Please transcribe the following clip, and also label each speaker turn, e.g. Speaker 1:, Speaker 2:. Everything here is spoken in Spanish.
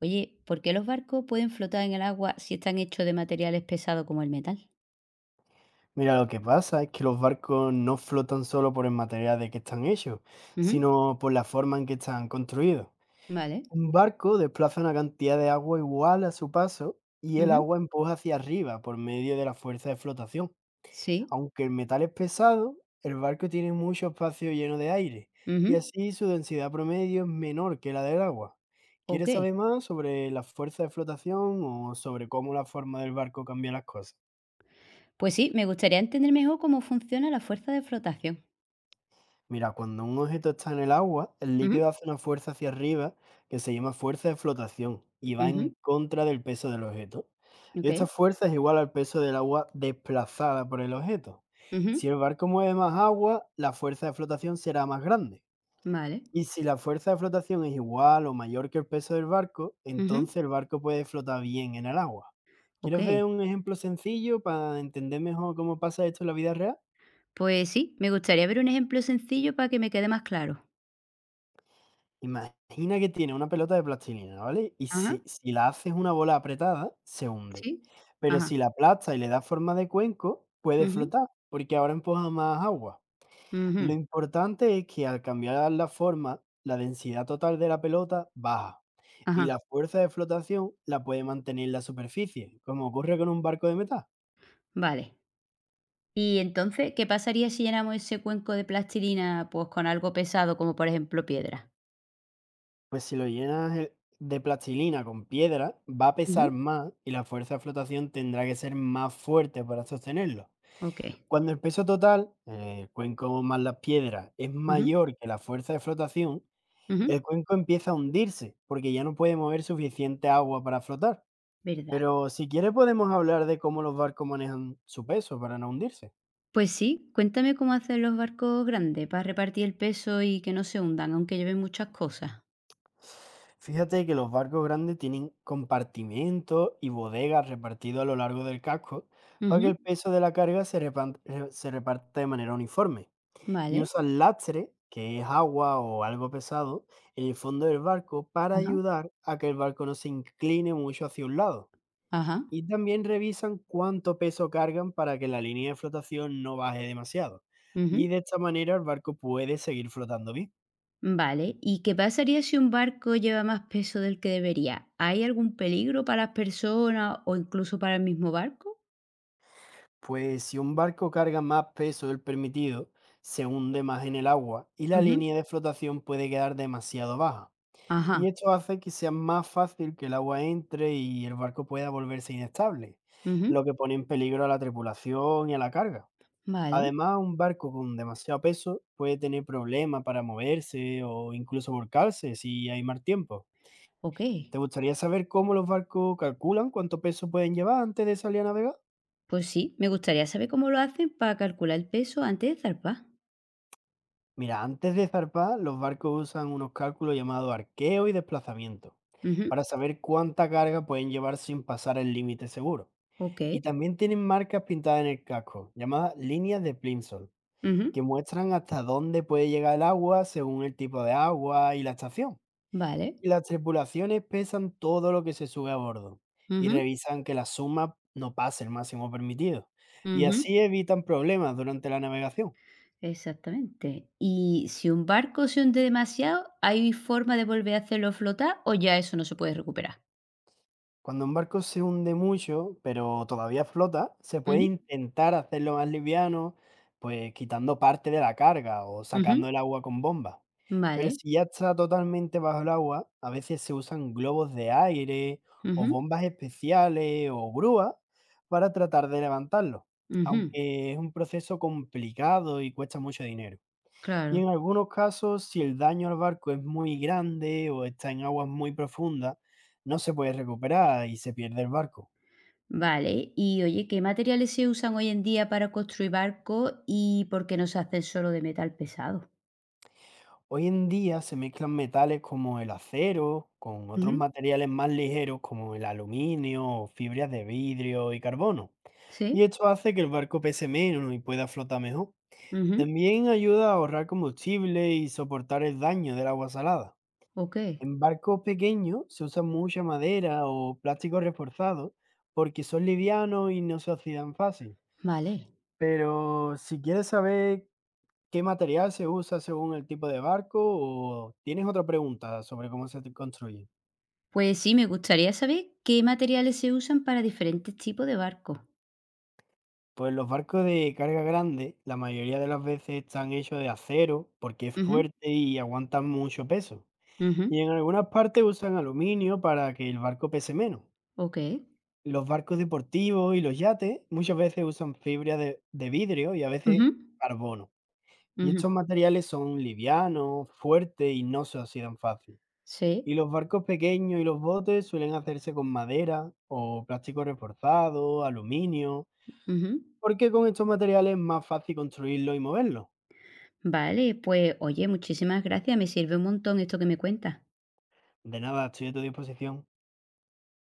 Speaker 1: Oye, ¿por qué los barcos pueden flotar en el agua si están hechos de materiales pesados como el metal?
Speaker 2: Mira, lo que pasa es que los barcos no flotan solo por el material de que están hechos,
Speaker 1: Ujú.
Speaker 2: sino por la forma en que están construidos.
Speaker 1: Vale.
Speaker 2: Un barco desplaza una cantidad de agua igual a su paso y el
Speaker 1: Ujú.
Speaker 2: agua empuja hacia arriba por medio de la fuerza de flotación.
Speaker 1: Sí.
Speaker 2: Aunque el metal es pesado, el barco tiene mucho espacio lleno de aire y
Speaker 1: Ujú.
Speaker 2: así su densidad promedio es menor que la del agua.
Speaker 1: Ok.
Speaker 2: ¿Quieres saber más sobre la fuerza de flotación o sobre cómo la forma del barco cambia las cosas?
Speaker 1: Pues sí, me gustaría entender mejor cómo funciona la fuerza de flotación.
Speaker 2: Mira, cuando un objeto está en el agua, el
Speaker 1: Ujú.
Speaker 2: líquido hace una fuerza hacia arriba que se llama fuerza de flotación y va
Speaker 1: Ujú.
Speaker 2: en contra del peso del objeto.
Speaker 1: Ok.
Speaker 2: Esta fuerza es igual al peso del agua desplazada por el objeto.
Speaker 1: Ujú.
Speaker 2: Si el barco mueve más agua, la fuerza de flotación será más grande.
Speaker 1: Vale.
Speaker 2: Y si la fuerza de flotación es igual o mayor que el peso del barco,
Speaker 1: Ujú.
Speaker 2: entonces el barco puede flotar bien en el agua.
Speaker 1: Ok.
Speaker 2: ¿Quieres ver un ejemplo sencillo para entender mejor cómo pasa esto en la vida real?
Speaker 1: Pues sí, me gustaría ver un ejemplo sencillo para que me quede más claro.
Speaker 2: Imagina que tiene una pelota de plastilina, ¿vale? Y
Speaker 1: Ajá.
Speaker 2: si, si la haces una bola apretada, se hunde.
Speaker 1: Sí.
Speaker 2: Pero
Speaker 1: Ajá.
Speaker 2: si la aplastas y le das forma de cuenco, puede
Speaker 1: Ujú.
Speaker 2: flotar, porque ahora empuja más agua.
Speaker 1: Ujú.
Speaker 2: Lo importante es que al cambiar la forma, la densidad total de la pelota baja y
Speaker 1: Ajá.
Speaker 2: la fuerza de flotación la puede mantener en la superficie, como ocurre con un barco de metal.
Speaker 1: Vale. Y entonces, ¿qué pasaría si llenamos ese cuenco de plastilina, pues, con algo pesado, como por ejemplo piedra?
Speaker 2: Pues si lo llenas de plastilina con piedra, va a pesar
Speaker 1: Ujú,
Speaker 2: más y la fuerza de flotación tendrá que ser más fuerte para sostenerlo.
Speaker 1: okey.
Speaker 2: Cuando el peso total, el cuenco más las piedras, es
Speaker 1: Ujú.
Speaker 2: mayor que la fuerza de flotación,
Speaker 1: Ujú.
Speaker 2: el cuenco empieza a hundirse porque ya no puede mover suficiente agua para flotar.
Speaker 1: ¿Verdad?
Speaker 2: Pero si quieres podemos hablar de cómo los barcos manejan su peso para no hundirse.
Speaker 1: Pues sí, cuéntame cómo hacen los barcos grandes para repartir el peso y que no se hundan, aunque lleven muchas cosas.
Speaker 2: Fíjate que los barcos grandes tienen compartimentos y bodegas repartidos a lo largo del casco para que
Speaker 1: Ujú.
Speaker 2: el peso de la carga se reparta de manera uniforme. Y
Speaker 1: Vale.
Speaker 2: usan lastre, que es agua o algo pesado, en el fondo del barco para
Speaker 1: Ajá.
Speaker 2: ayudar a que el barco no se incline mucho hacia un lado.
Speaker 1: Ajá.
Speaker 2: Y también revisan cuánto peso cargan para que la línea de flotación no baje demasiado. Y
Speaker 1: Ujú.
Speaker 2: de esta manera el barco puede seguir flotando bien.
Speaker 1: Vale. ¿Y qué pasaría si un barco lleva más peso del que debería? ¿Hay algún peligro para las personas o incluso para el mismo barco?
Speaker 2: Pues si un barco carga más peso del permitido, se hunde más en el agua y la
Speaker 1: Ujú.
Speaker 2: línea de flotación puede quedar demasiado baja.
Speaker 1: Ajá.
Speaker 2: Y esto hace que sea más fácil que el agua entre y el barco pueda volverse inestable,
Speaker 1: Ujú.
Speaker 2: lo que pone en peligro a la tripulación y a la carga.
Speaker 1: Vale.
Speaker 2: Además, un barco con demasiado peso puede tener problemas para moverse o incluso volcarse si hay mal tiempo.
Speaker 1: Okey.
Speaker 2: ¿Te gustaría saber cómo los barcos calculan cuánto peso pueden llevar antes de salir a navegar?
Speaker 1: Pues sí, me gustaría saber cómo lo hacen para calcular el peso antes de zarpar.
Speaker 2: Mira, antes de zarpar, los barcos usan unos cálculos llamados arqueo y desplazamiento,
Speaker 1: Ujú.
Speaker 2: para saber cuánta carga pueden llevar sin pasar el límite seguro.
Speaker 1: Ok.
Speaker 2: Y también tienen marcas pintadas en el casco, llamadas líneas de Plimsoll,
Speaker 1: Ujú.
Speaker 2: que muestran hasta dónde puede llegar el agua según el tipo de agua y la estación.
Speaker 1: Vale.
Speaker 2: Y las tripulaciones pesan todo lo que se sube a bordo y
Speaker 1: Ujú.
Speaker 2: revisan que la suma no pase el máximo permitido. Y
Speaker 1: Ujú.
Speaker 2: así evitan problemas durante la navegación.
Speaker 1: Exactamente. Y si un barco se hunde demasiado, ¿hay forma de volver a hacerlo flotar o ya eso no se puede recuperar?
Speaker 2: Cuando un barco se hunde mucho, pero todavía flota, se puede
Speaker 1: Ujú.
Speaker 2: intentar hacerlo más liviano, pues quitando parte de la carga o sacando
Speaker 1: Ujú.
Speaker 2: el agua con bombas. Pero
Speaker 1: Vale.
Speaker 2: si ya está totalmente bajo el agua, a veces se usan globos de aire o
Speaker 1: Ujú.
Speaker 2: bombas especiales o grúas para tratar de levantarlo,
Speaker 1: Ujú.
Speaker 2: aunque es un proceso complicado y cuesta mucho dinero. Y
Speaker 1: Claro.
Speaker 2: en algunos casos, si el daño al barco es muy grande o está en aguas muy profundas, no se puede recuperar y se pierde el barco.
Speaker 1: Vale. Y oye, ¿qué materiales se usan hoy en día para construir barcos y por qué no se hacen solo de metal pesado?
Speaker 2: Hoy en día se mezclan metales como el acero con otros
Speaker 1: Ujú.
Speaker 2: materiales más ligeros como el aluminio o fibras de vidrio y carbono.
Speaker 1: Sí.
Speaker 2: Y esto hace que el barco pese menos y pueda flotar mejor.
Speaker 1: Ujú.
Speaker 2: También ayuda a ahorrar combustible y soportar el daño del agua salada.
Speaker 1: Ok.
Speaker 2: En barcos pequeños se usa mucha madera o plástico reforzado porque son livianos y no se oxidan fácil.
Speaker 1: Vale.
Speaker 2: Pero si quieres saber qué material se usa según el tipo de barco o tienes otra pregunta sobre cómo construye.
Speaker 1: Pues sí, me gustaría saber qué materiales se usan para diferentes tipos de barcos.
Speaker 2: Pues los barcos de carga grande, la mayoría de las veces están hechos de acero porque es
Speaker 1: Ujú.
Speaker 2: fuerte y aguantan mucho peso.
Speaker 1: Ujú.
Speaker 2: Y en algunas partes usan aluminio para que el barco pese menos.
Speaker 1: Ok.
Speaker 2: Los barcos deportivos y los yates muchas veces usan fibra de vidrio y a
Speaker 1: Ujú.
Speaker 2: veces carbono. Y estos
Speaker 1: Ujú.
Speaker 2: materiales son livianos, fuertes y no se oxidan fácil.
Speaker 1: Sí.
Speaker 2: Y los barcos pequeños y los botes suelen hacerse con madera o plástico reforzado, aluminio,
Speaker 1: Ujú.
Speaker 2: porque con estos materiales es más fácil construirlo y moverlo.
Speaker 1: Vale, pues oye, muchísimas gracias, me sirve un montón esto que me cuentas.
Speaker 2: De nada, estoy a tu disposición.